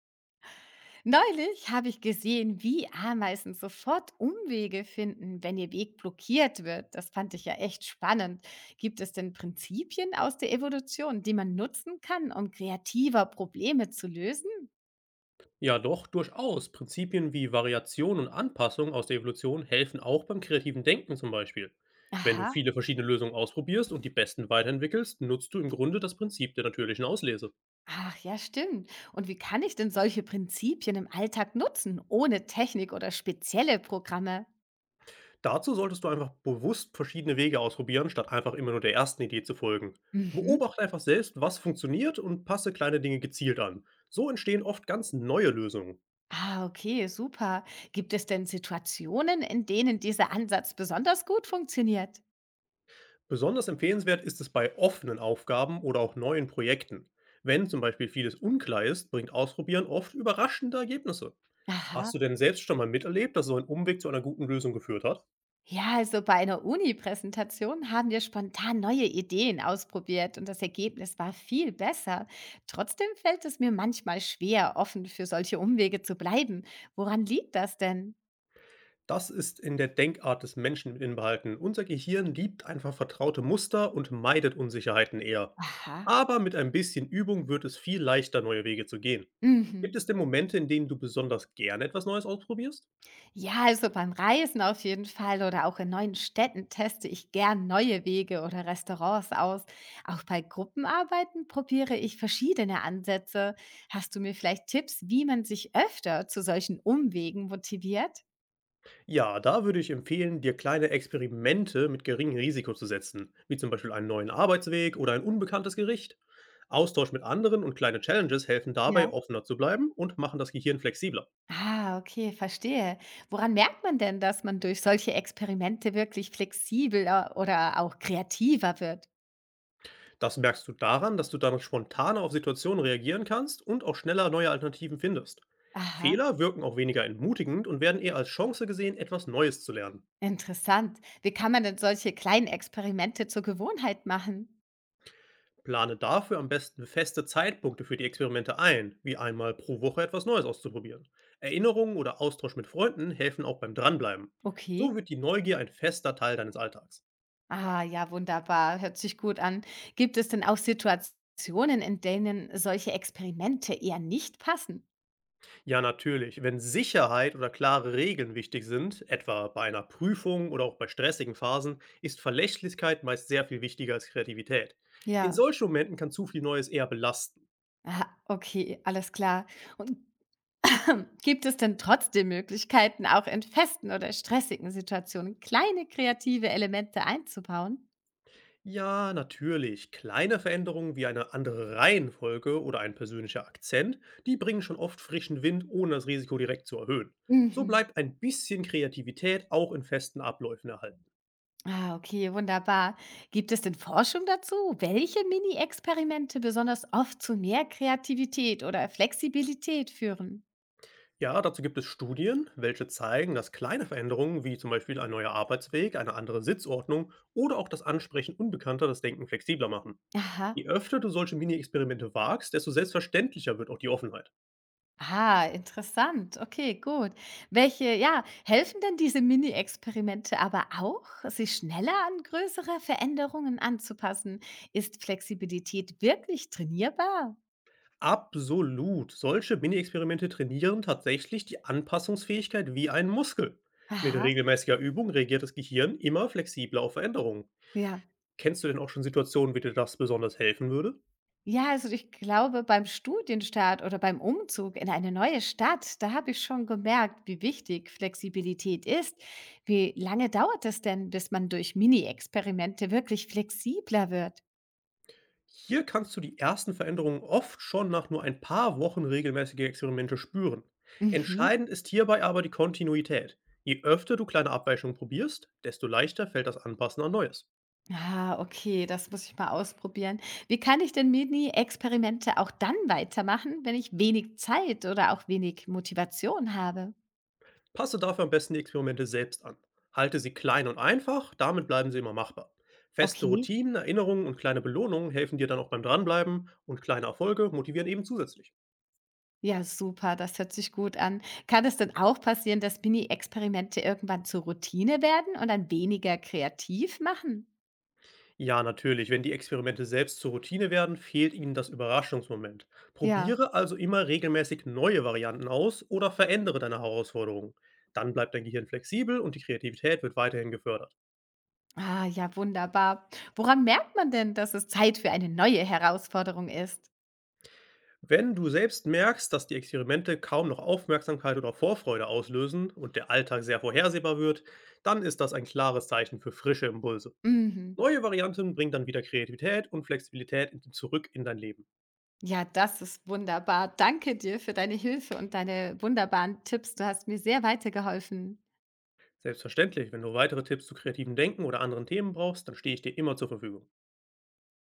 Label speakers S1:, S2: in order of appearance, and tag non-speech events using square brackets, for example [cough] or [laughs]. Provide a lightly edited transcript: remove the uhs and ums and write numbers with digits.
S1: Neulich habe ich gesehen, wie Ameisen sofort Umwege finden, wenn ihr Weg blockiert wird. Das fand ich ja echt spannend. Gibt es denn Prinzipien aus der Evolution, die man nutzen kann, um kreativer Probleme zu lösen?
S2: Ja, doch, durchaus. Prinzipien wie Variation und Anpassung aus der Evolution helfen auch beim kreativen Denken zum Beispiel. Wenn du
S1: Aha.
S2: viele verschiedene Lösungen ausprobierst und die besten weiterentwickelst, nutzt du im Grunde das Prinzip der natürlichen Auslese.
S1: Ach ja, stimmt. Und wie kann ich denn solche Prinzipien im Alltag nutzen, ohne Technik oder spezielle Programme?
S2: Dazu solltest du einfach bewusst verschiedene Wege ausprobieren, statt einfach immer nur der ersten Idee zu folgen.
S1: Mhm.
S2: Beobachte einfach selbst, was funktioniert und passe kleine Dinge gezielt an. So entstehen oft ganz neue Lösungen.
S1: Ah, okay, super. Gibt es denn Situationen, in denen dieser Ansatz besonders gut funktioniert?
S2: Besonders empfehlenswert ist es bei offenen Aufgaben oder auch neuen Projekten. Wenn zum Beispiel vieles unklar ist, bringt Ausprobieren oft überraschende Ergebnisse.
S1: Aha.
S2: Hast du denn selbst schon mal miterlebt, dass so ein Umweg zu einer guten Lösung geführt hat?
S1: Ja, also bei einer Uni-Präsentation haben wir spontan neue Ideen ausprobiert und das Ergebnis war viel besser. Trotzdem fällt es mir manchmal schwer, offen für solche Umwege zu bleiben. Woran liegt das denn?
S2: Das ist in der Denkart des Menschen mit inbehalten. Unser Gehirn liebt einfach vertraute Muster und meidet Unsicherheiten eher.
S1: Aha.
S2: Aber mit ein bisschen Übung wird es viel leichter, neue Wege zu gehen.
S1: Mhm.
S2: Gibt es denn Momente, in denen du besonders gerne etwas Neues ausprobierst?
S1: Ja, also beim Reisen auf jeden Fall oder auch in neuen Städten teste ich gern neue Wege oder Restaurants aus. Auch bei Gruppenarbeiten probiere ich verschiedene Ansätze. Hast du mir vielleicht Tipps, wie man sich öfter zu solchen Umwegen motiviert?
S2: Ja, da würde ich empfehlen, dir kleine Experimente mit geringem Risiko zu setzen, wie zum Beispiel einen neuen Arbeitsweg oder ein unbekanntes Gericht. Austausch mit anderen und kleine Challenges helfen dabei,
S1: Ja.
S2: offener zu bleiben und machen das Gehirn flexibler.
S1: Ah, okay, verstehe. Woran merkt man denn, dass man durch solche Experimente wirklich flexibler oder auch kreativer wird?
S2: Das merkst du daran, dass du dann spontaner auf Situationen reagieren kannst und auch schneller neue Alternativen findest.
S1: Aha,
S2: Fehler wirken auch weniger entmutigend und werden eher als Chance gesehen, etwas Neues zu lernen.
S1: interessant. Wie kann man denn solche kleinen Experimente zur Gewohnheit machen?
S2: Plane dafür am besten feste Zeitpunkte für die Experimente ein, wie einmal pro Woche etwas Neues auszuprobieren. Erinnerungen oder Austausch mit Freunden helfen auch beim Dranbleiben.
S1: Okay.
S2: So wird die Neugier ein fester Teil deines Alltags.
S1: Ah, ja, wunderbar. Hört sich gut an. Gibt es denn auch Situationen, in denen solche Experimente eher nicht passen?
S2: Ja, natürlich, wenn Sicherheit oder klare Regeln wichtig sind, etwa bei einer Prüfung oder auch bei stressigen Phasen, ist Verlässlichkeit meist sehr viel wichtiger als Kreativität. In
S1: Ja.
S2: solchen Momenten kann zu viel Neues eher belasten.
S1: Aha, okay, alles klar. Und [laughs] gibt es denn trotzdem Möglichkeiten, auch in festen oder stressigen Situationen kleine kreative Elemente einzubauen?
S2: Ja, natürlich. Kleine Veränderungen wie eine andere Reihenfolge oder ein persönlicher Akzent, die bringen schon oft frischen Wind, ohne das Risiko direkt zu erhöhen. So
S1: Mhm.
S2: bleibt ein bisschen Kreativität auch in festen Abläufen erhalten.
S1: Ah, okay, wunderbar. Gibt es denn Forschung dazu, welche Mini-Experimente besonders oft zu mehr Kreativität oder Flexibilität führen?
S2: Ja, dazu gibt es Studien, welche zeigen, dass kleine Veränderungen wie zum Beispiel ein neuer Arbeitsweg, eine andere Sitzordnung oder auch das Ansprechen Unbekannter das Denken flexibler machen.
S1: Aha.
S2: Je öfter du solche Mini-Experimente wagst, desto selbstverständlicher wird auch die Offenheit.
S1: Ah, interessant. Okay, gut. Helfen denn diese Mini-Experimente aber auch, sich schneller an größere Veränderungen anzupassen? Ist Flexibilität wirklich trainierbar?
S2: Absolut. Solche Mini-Experimente trainieren tatsächlich die Anpassungsfähigkeit wie ein Muskel. Mit
S1: Aha.
S2: regelmäßiger Übung reagiert das Gehirn immer flexibler auf Veränderungen.
S1: Ja.
S2: Kennst du denn auch schon Situationen, wie dir das besonders helfen würde?
S1: Ja, also ich glaube, beim Studienstart oder beim Umzug in eine neue Stadt, da habe ich schon gemerkt, wie wichtig Flexibilität ist. Wie lange dauert es denn, bis man durch Mini-Experimente wirklich flexibler wird?
S2: Hier kannst du die ersten Veränderungen oft schon nach nur ein paar Wochen regelmäßiger Experimente spüren.
S1: Mhm.
S2: Entscheidend ist hierbei aber die Kontinuität. Je öfter du kleine Abweichungen probierst, desto leichter fällt das Anpassen an Neues.
S1: Ah, okay, das muss ich mal ausprobieren. Wie kann ich denn Mini-Experimente auch dann weitermachen, wenn ich wenig Zeit oder auch wenig Motivation habe?
S2: Passe dafür am besten die Experimente selbst an. Halte sie klein und einfach, damit bleiben sie immer machbar. Feste
S1: Okay,
S2: Routinen, Erinnerungen und kleine Belohnungen helfen dir dann auch beim Dranbleiben und kleine Erfolge motivieren eben zusätzlich.
S1: ja, super, das hört sich gut an. Kann es denn auch passieren, dass Mini-Experimente irgendwann zur Routine werden und dann weniger kreativ machen?
S2: Ja, natürlich, wenn die Experimente selbst zur Routine werden, fehlt ihnen das Überraschungsmoment.
S1: Ja.
S2: Probiere also immer regelmäßig neue Varianten aus oder verändere deine Herausforderungen. Dann bleibt dein Gehirn flexibel und die Kreativität wird weiterhin gefördert.
S1: Ah, ja, wunderbar. Woran merkt man denn, dass es Zeit für eine neue Herausforderung ist?
S2: Wenn du selbst merkst, dass die Experimente kaum noch Aufmerksamkeit oder Vorfreude auslösen und der Alltag sehr vorhersehbar wird, dann ist das ein klares Zeichen für frische Impulse.
S1: Mhm.
S2: Neue Varianten bringen dann wieder Kreativität und Flexibilität zurück in dein Leben.
S1: Ja, das ist wunderbar. Danke dir für deine Hilfe und deine wunderbaren Tipps. Du hast mir sehr weitergeholfen.
S2: Selbstverständlich, wenn du weitere Tipps zu kreativem Denken oder anderen Themen brauchst, dann stehe ich dir immer zur Verfügung.